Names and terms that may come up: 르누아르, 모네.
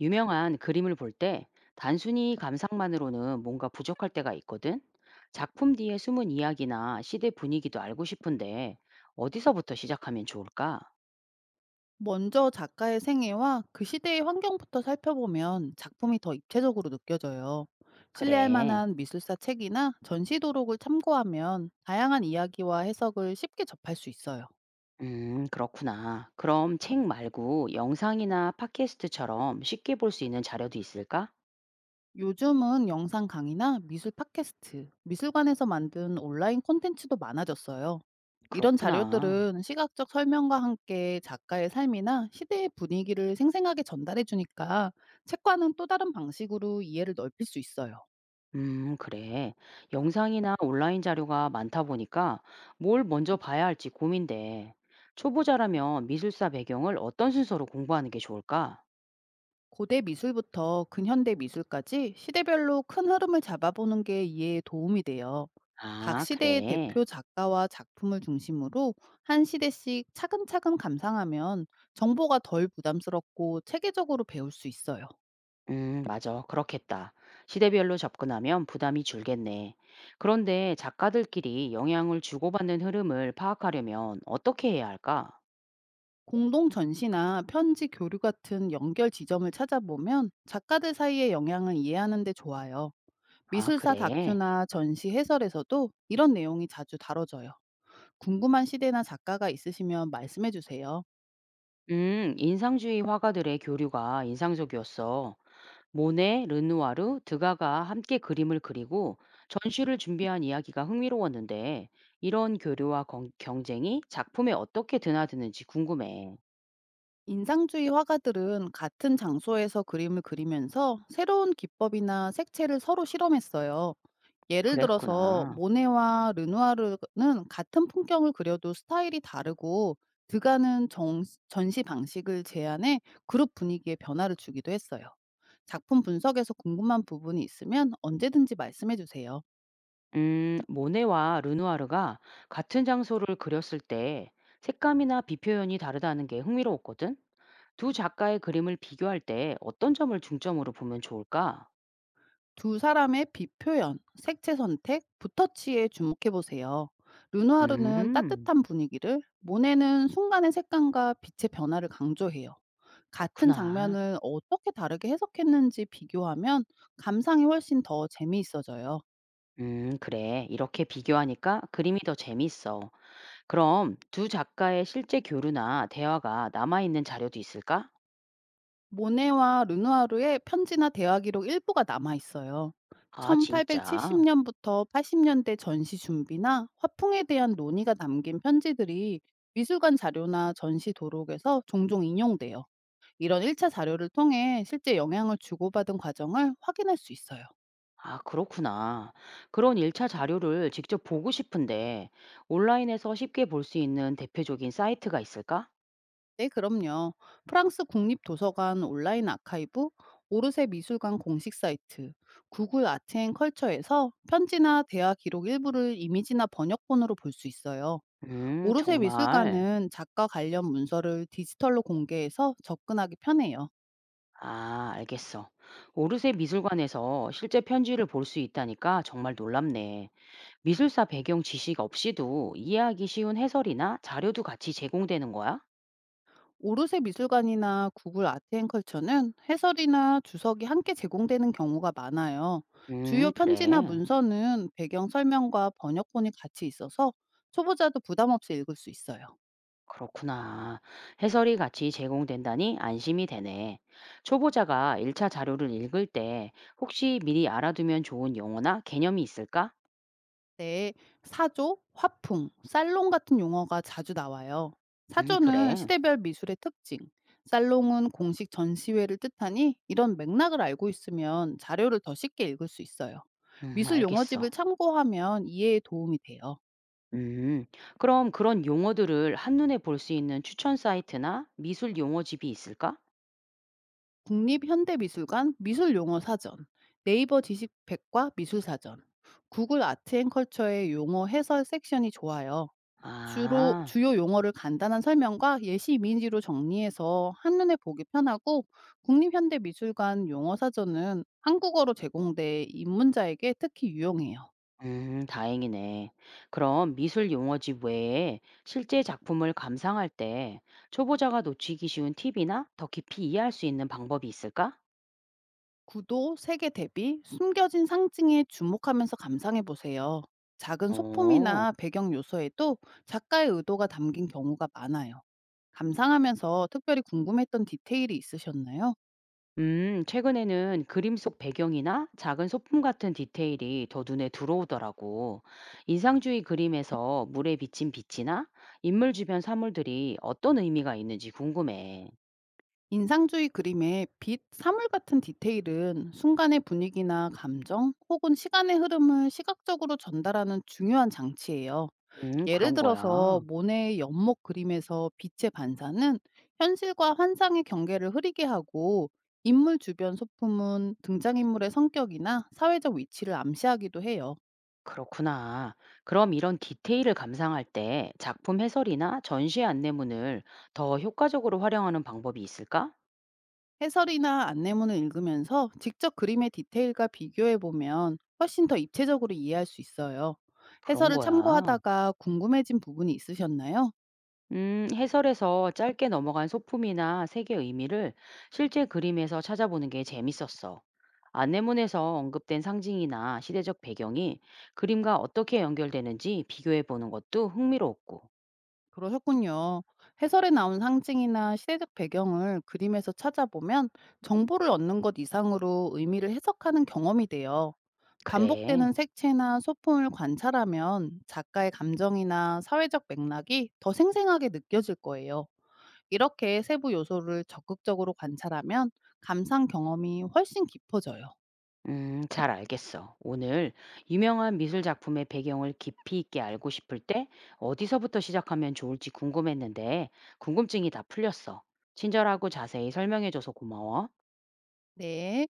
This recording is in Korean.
유명한 그림을 볼 때 단순히 감상만으로는 뭔가 부족할 때가 있거든. 작품 뒤에 숨은 이야기나 시대 분위기도 알고 싶은데 어디서부터 시작하면 좋을까? 먼저 작가의 생애와 그 시대의 환경부터 살펴보면 작품이 더 입체적으로 느껴져요. 신뢰할 그래. 만한 미술사 책이나 전시 도록을 참고하면 다양한 이야기와 해석을 쉽게 접할 수 있어요. 그렇구나. 그럼 책 말고 영상이나 팟캐스트처럼 쉽게 볼 수 있는 자료도 있을까? 요즘은 영상 강의나 미술 팟캐스트, 미술관에서 만든 온라인 콘텐츠도 많아졌어요. 이런 그렇구나. 자료들은 시각적 설명과 함께 작가의 삶이나 시대의 분위기를 생생하게 전달해 주니까 책과는 또 다른 방식으로 이해를 넓힐 수 있어요. 그래. 영상이나 온라인 자료가 많다 보니까 뭘 먼저 봐야 할지 고민돼. 초보자라면 미술사 배경을 어떤 순서로 공부하는 게 좋을까? 고대 미술부터 근현대 미술까지 시대별로 큰 흐름을 잡아보는 게 이해에 도움이 돼요. 각 아, 시대의 그래. 대표 작가와 작품을 중심으로 한 시대씩 차근차근 감상하면 정보가 덜 부담스럽고 체계적으로 배울 수 있어요. 맞아. 그렇겠다. 시대별로 접근하면 부담이 줄겠네. 그런데 작가들끼리 영향을 주고받는 흐름을 파악하려면 어떻게 해야 할까? 공동 전시나 편지 교류 같은 연결 지점을 찾아보면 작가들 사이의 영향을 이해하는 데 좋아요. 아, 미술사 그래. 다큐나 전시 해설에서도 이런 내용이 자주 다뤄져요. 궁금한 시대나 작가가 있으시면 말씀해 주세요. 인상주의 화가들의 교류가 인상적이었어. 모네, 르누아르, 드가가 함께 그림을 그리고 전시를 준비한 이야기가 흥미로웠는데 이런 교류와 경쟁이 작품에 어떻게 드나드는지 궁금해. 인상주의 화가들은 같은 장소에서 그림을 그리면서 새로운 기법이나 색채를 서로 실험했어요. 예를 들어서 그랬구나. 모네와 르누아르는 같은 풍경을 그려도 스타일이 다르고 드가는 전시 방식을 제안해 그룹 분위기에 변화를 주기도 했어요. 작품 분석에서 궁금한 부분이 있으면 언제든지 말씀해 주세요. 모네와 르누아르가 같은 장소를 그렸을 때 색감이나 비표현이 다르다는 게 흥미로웠거든. 두 작가의 그림을 비교할 때 어떤 점을 중점으로 보면 좋을까? 두 사람의 비표현, 색채 선택, 붓터치에 주목해 보세요. 르누아르는 음, 따뜻한 분위기를, 모네는 순간의 색감과 빛의 변화를 강조해요. 같은 그렇구나. 장면을 어떻게 다르게 해석했는지 비교하면 감상이 훨씬 더 재미있어져요. 그래. 이렇게 비교하니까 그림이 더 재밌어. 그럼 두 작가의 실제 교류나 대화가 남아있는 자료도 있을까? 모네와 르누아르의 편지나 대화 기록 일부가 남아 있어요. 아, 진짜? 1870년부터 80년대 전시 준비나 화풍에 대한 논의가 담긴 편지들이 미술관 자료나 전시 도록에서 종종 인용돼요. 이런 1차 자료를 통해 실제 영향을 주고받은 과정을 확인할 수 있어요. 아, 그렇구나. 그런 1차 자료를 직접 보고 싶은데 온라인에서 쉽게 볼 수 있는 대표적인 사이트가 있을까? 네, 그럼요. 프랑스 국립도서관 온라인 아카이브, 오르세 미술관 공식 사이트, 구글 아트 앤 컬처에서 편지나 대화 기록 일부를 이미지나 번역본으로 볼 수 있어요. 오르세 정말. 미술관은 작가 관련 문서를 디지털로 공개해서 접근하기 편해요. 아, 알겠어. 오르세 미술관에서 실제 편지를 볼 수 있다니까 정말 놀랍네. 미술사 배경 지식 없이도 이해하기 쉬운 해설이나 자료도 같이 제공되는 거야? 오르세 미술관이나 구글 아트앤컬처는 해설이나 주석이 함께 제공되는 경우가 많아요. 주요 편지나 그래. 문서는 배경 설명과 번역본이 같이 있어서 초보자도 부담 없이 읽을 수 있어요. 그렇구나. 해설이 같이 제공된다니 안심이 되네. 초보자가 1차 자료를 읽을 때 혹시 미리 알아두면 좋은 용어나 개념이 있을까? 네, 사조, 화풍, 살롱 같은 용어가 자주 나와요. 사조는 그래. 시대별 미술의 특징, 살롱은 공식 전시회를 뜻하니 이런 맥락을 알고 있으면 자료를 더 쉽게 읽을 수 있어요. 미술 용어집을 알겠어. 참고하면 이해에 도움이 돼요. 음, 그럼 그런 용어들을 한눈에 볼 수 있는 추천 사이트나 미술 용어집이 있을까? 국립현대미술관 미술용어사전, 네이버 지식백과 미술사전, 구글 아트앤컬처의 용어 해설 섹션이 좋아요. 주로 아, 주요 용어를 간단한 설명과 예시 이미지로 정리해서 한눈에 보기 편하고 국립현대미술관 용어사전은 한국어로 제공돼 입문자에게 특히 유용해요. 다행이네. 그럼 미술 용어집 외에 실제 작품을 감상할 때 초보자가 놓치기 쉬운 팁이나 더 깊이 이해할 수 있는 방법이 있을까? 구도, 색의 대비, 숨겨진 상징에 주목하면서 감상해 보세요. 작은 어. 소품이나 배경 요소에도 작가의 의도가 담긴 경우가 많아요. 감상하면서 특별히 궁금했던 디테일이 있으셨나요? 최근에는 그림 속 배경이나 작은 소품 같은 디테일이 더 눈에 들어오더라고. 인상주의 그림에서 물에 비친 빛이나 인물 주변 사물들이 어떤 의미가 있는지 궁금해. 인상주의 그림의 빛, 사물 같은 디테일은 순간의 분위기나 감정 혹은 시간의 흐름을 시각적으로 전달하는 중요한 장치예요. 예를 그런 들어서 거야. 모네의 연목 그림에서 빛의 반사는 현실과 환상의 경계를 흐리게 하고 인물 주변 소품은 등장인물의 성격이나 사회적 위치를 암시하기도 해요. 그렇구나. 그럼 이런 디테일을 감상할 때 작품 해설이나 전시 안내문을 더 효과적으로 활용하는 방법이 있을까? 해설이나 안내문을 읽으면서 직접 그림의 디테일과 비교해 보면 훨씬 더 입체적으로 이해할 수 있어요. 그런 해설을 거야. 참고하다가 궁금해진 부분이 있으셨나요? 해설에서 짧게 넘어간 소품이나 색의 의미를 실제 그림에서 찾아보는 게 재밌었어. 안내문에서 언급된 상징이나 시대적 배경이 그림과 어떻게 연결되는지 비교해 보는 것도 흥미로웠고. 그러셨군요. 해설에 나온 상징이나 시대적 배경을 그림에서 찾아보면 정보를 얻는 것 이상으로 의미를 해석하는 경험이 돼요. 그래. 반복되는 색채나 소품을 관찰하면 작가의 감정이나 사회적 맥락이 더 생생하게 느껴질 거예요. 이렇게 세부 요소를 적극적으로 관찰하면 감상 경험이 훨씬 깊어져요. 잘 알겠어. 오늘 유명한 미술 작품의 배경을 깊이 있게 알고 싶을 때 어디서부터 시작하면 좋을지 궁금했는데 궁금증이 다 풀렸어. 친절하고 자세히 설명해줘서 고마워. 네.